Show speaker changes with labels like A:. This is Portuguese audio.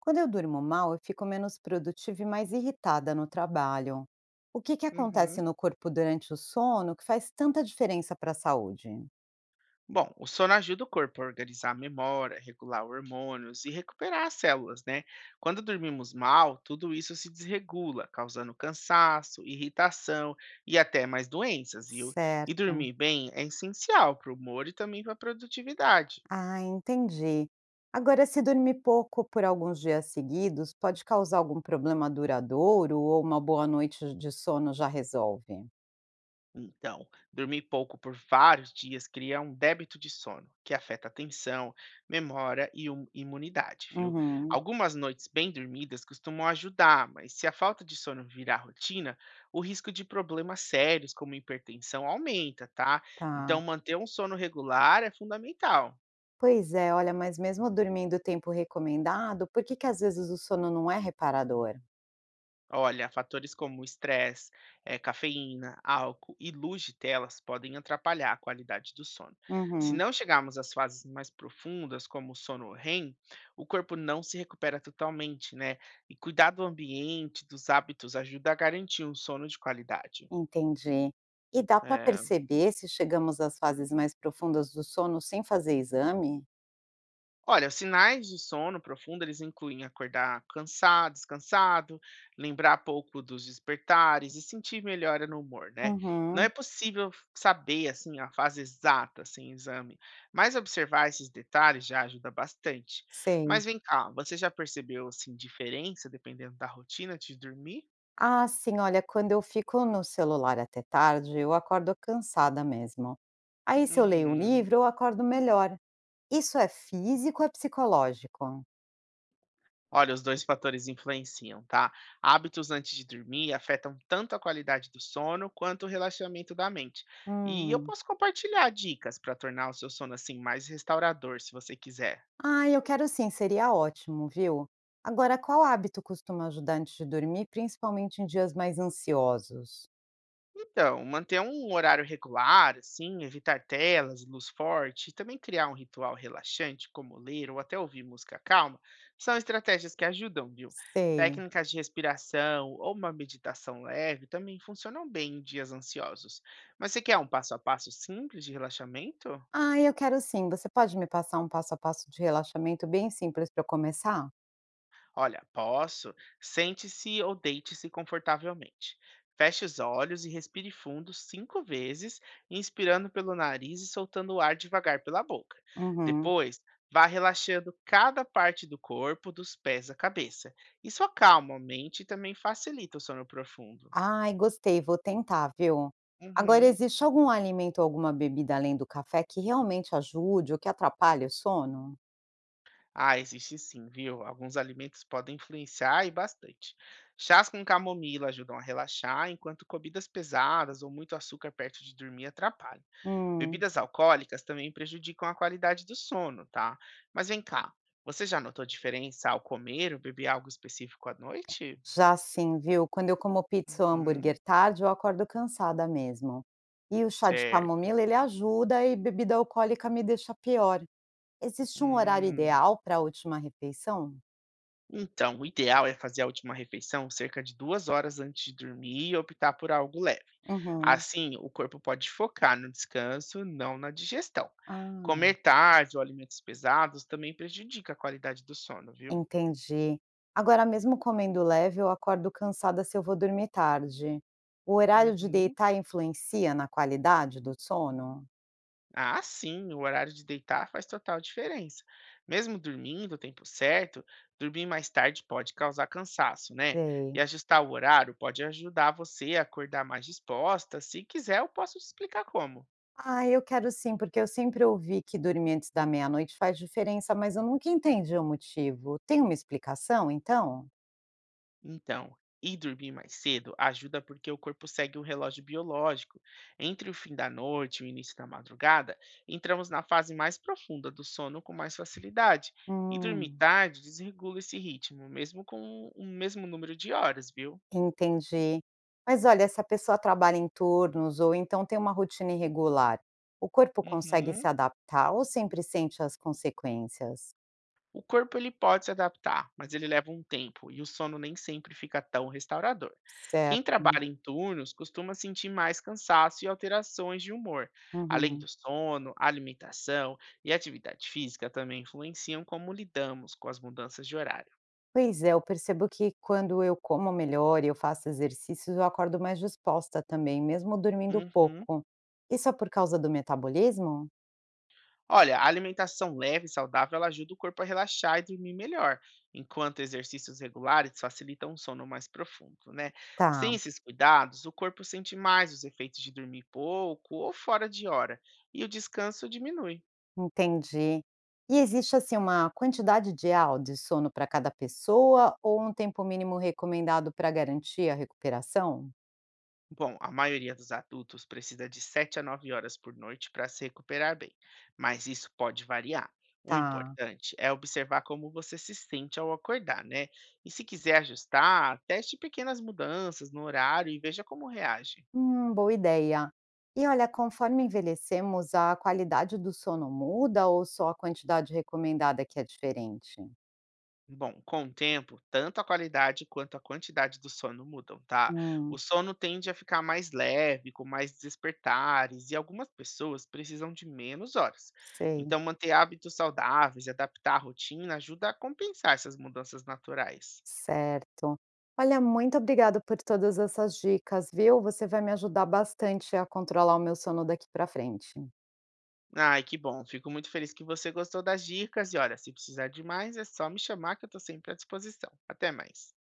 A: Quando eu durmo mal, eu fico menos produtiva e mais irritada no trabalho. O que
B: Uhum.
A: acontece no corpo durante o sono que faz tanta diferença para a saúde?
B: Bom, o sono ajuda o corpo a organizar a memória, regular hormônios e recuperar as células, né? Quando dormimos mal, tudo isso se desregula, causando cansaço, irritação e até mais doenças, viu? E
A: Certo.
B: dormir bem é essencial para o humor e também para a produtividade.
A: Ah, entendi. Agora, se dormir pouco por alguns dias seguidos, pode causar algum problema duradouro ou uma boa noite de sono já resolve?
B: Então, dormir pouco por vários dias cria um débito de sono, que afeta a atenção, memória e imunidade, viu?
A: Uhum,
B: Algumas noites bem dormidas costumam ajudar, mas se a falta de sono virar rotina, o risco de problemas sérios, como hipertensão, aumenta, tá?
A: tá.
B: Então, manter um sono regular é fundamental.
A: Pois é, olha, mas mesmo dormindo o tempo recomendado, por que às vezes o sono não é reparador?
B: Olha, fatores como estresse, cafeína, álcool e luz de telas podem atrapalhar a qualidade do sono. Se
A: Uhum.
B: não chegarmos às fases mais profundas, como o sono REM, o corpo não se recupera totalmente, né? E cuidar do ambiente, dos hábitos, ajuda a garantir um sono de qualidade.
A: Entendi. E dá para
B: eh,
A: perceber se chegamos às fases mais profundas do sono sem fazer exame?
B: Olha, os sinais de sono profundo, eles incluem acordar cansado, descansado, lembrar pouco dos despertares e sentir melhora no humor, né? Não é
A: Uhum,
B: possível saber assim a fase exata sem exame, mas observar esses detalhes já ajuda bastante. Mas
A: sei.
B: vem cá, você já percebeu assim diferença dependendo da rotina de dormir?
A: Ah, sim, olha, quando eu fico no celular até tarde, eu acordo cansada mesmo. Aí, se eu leio um
B: Uhum.
A: livro, eu acordo melhor. Isso é físico ou é psicológico?
B: Olha, os dois fatores influenciam, tá? Hábitos antes de dormir afetam tanto a qualidade do sono quanto o relaxamento da mente. E eu
A: Hum.
B: posso compartilhar dicas para tornar o seu sono assim mais restaurador, se você quiser.
A: Ah, eu quero sim, seria ótimo, viu? Agora, qual hábito costuma ajudar antes de dormir, principalmente em dias mais ansiosos?
B: Então, manter um horário regular, assim, evitar telas, luz forte, e também criar um ritual relaxante, como ler ou até ouvir música calma, são estratégias que ajudam, viu?
A: Sei.
B: Técnicas de respiração ou uma meditação leve também funcionam bem em dias ansiosos. Mas você quer um passo a passo simples de relaxamento?
A: Ah, eu quero sim. Você pode me passar um passo a passo de relaxamento bem simples para eu começar?
B: Olha, posso. Sente-se ou deite-se confortavelmente. Feche os olhos e respire fundo 5 vezes, inspirando pelo nariz e soltando o ar devagar pela boca.
A: Uhum.
B: Depois, vá relaxando cada parte do corpo, dos pés à cabeça. Isso acalma a mente e também facilita o sono profundo.
A: Ai, gostei, vou tentar, viu? Agora,
B: Uhum.
A: existe algum alimento ou alguma bebida além do café que realmente ajude ou que atrapalhe o sono?
B: Ah, existe sim, viu? Alguns alimentos podem influenciar e bastante. Chás com camomila ajudam a relaxar, enquanto comidas pesadas ou muito açúcar perto de dormir atrapalham.
A: Hum,
B: Bebidas alcoólicas também prejudicam a qualidade do sono, tá? Mas vem cá, você já notou diferença ao comer ou beber algo específico à noite?
A: já sim, viu? Quando eu como pizza ou
B: Uhum,
A: hambúrguer tarde, eu acordo cansada mesmo. E o chá de
B: certo.
A: camomila, ele ajuda e bebida alcoólica me deixa pior. Existe um horário
B: Hum.
A: ideal para a última refeição?
B: Então, o ideal é fazer a última refeição cerca de 2 horas antes de dormir e optar por algo leve.
A: Uhum.
B: Assim, o corpo pode focar no descanso, não na digestão. Comer
A: Ah.
B: tarde ou alimentos pesados também prejudica a qualidade do sono, viu?
A: Entendi. Agora, mesmo comendo leve, eu acordo cansada se eu vou dormir tarde. O horário de
B: Uhum.
A: deitar influencia na qualidade do sono?
B: Ah, sim, o horário de deitar faz total diferença. Mesmo dormindo o tempo certo, dormir mais tarde pode causar cansaço, né? E
A: Sei.
B: ajustar o horário pode ajudar você a acordar mais disposta. Se quiser, eu posso te explicar como.
A: Ah, eu quero sim, porque eu sempre ouvi que dormir antes da meia-noite faz diferença, mas eu nunca entendi o motivo. Tem uma explicação, então?
B: Então, ir dormir mais cedo ajuda porque o corpo segue o relógio biológico. Entre o fim da noite e o início da madrugada, entramos na fase mais profunda do sono com mais facilidade. E dormir
A: Hum,
B: tarde desregula esse ritmo, mesmo com o mesmo número de horas, viu?
A: entendi. Mas olha, se a pessoa trabalha em turnos ou então tem uma rotina irregular, o corpo consegue se
B: Uhum.
A: adaptar ou sempre sente as consequências?
B: O corpo ele pode se adaptar, mas ele leva um tempo e o sono nem sempre fica tão restaurador. Quem
A: Certo.
B: trabalha em turnos costuma sentir mais cansaço e alterações de humor. Além
A: Uhum.
B: do sono, a alimentação e a atividade física também influenciam como lidamos com as mudanças de horário.
A: Pois é, eu percebo que quando eu como melhor e eu faço exercícios, eu acordo mais disposta também, mesmo dormindo
B: Uhum.
A: pouco. Isso é por causa do metabolismo?
B: Olha, a alimentação leve e saudável ela ajuda o corpo a relaxar e dormir melhor, enquanto exercícios regulares facilitam um sono mais profundo, né?
A: Tá,
B: Sem esses cuidados, o corpo sente mais os efeitos de dormir pouco ou fora de hora, e o descanso diminui.
A: entendi. E existe assim uma quantidade ideal de sono para cada pessoa ou um tempo mínimo recomendado para garantir a recuperação?
B: Bom, a maioria dos adultos precisa de 7 a 9 horas por noite para se recuperar bem, mas isso pode variar. O
A: Tá.
B: importante é observar como você se sente ao acordar, né? E se quiser ajustar, teste pequenas mudanças no horário e veja como reage.
A: Boa ideia. E olha, conforme envelhecemos, a qualidade do sono muda ou só a quantidade recomendada que é diferente?
B: Bom, com o tempo, tanto a qualidade quanto a quantidade do sono mudam, tá? O
A: Hum.
B: sono tende a ficar mais leve, com mais despertares, e algumas pessoas precisam de menos horas.
A: Sei,
B: Então, manter hábitos saudáveis e adaptar a rotina ajuda a compensar essas mudanças naturais.
A: certo. Olha, muito obrigado por todas essas dicas, viu? Você vai me ajudar bastante a controlar o meu sono daqui para frente.
B: Ai, que bom. Fico muito feliz que você gostou das dicas. E olha, se precisar de mais, é só me chamar que eu tô sempre à disposição. Até mais.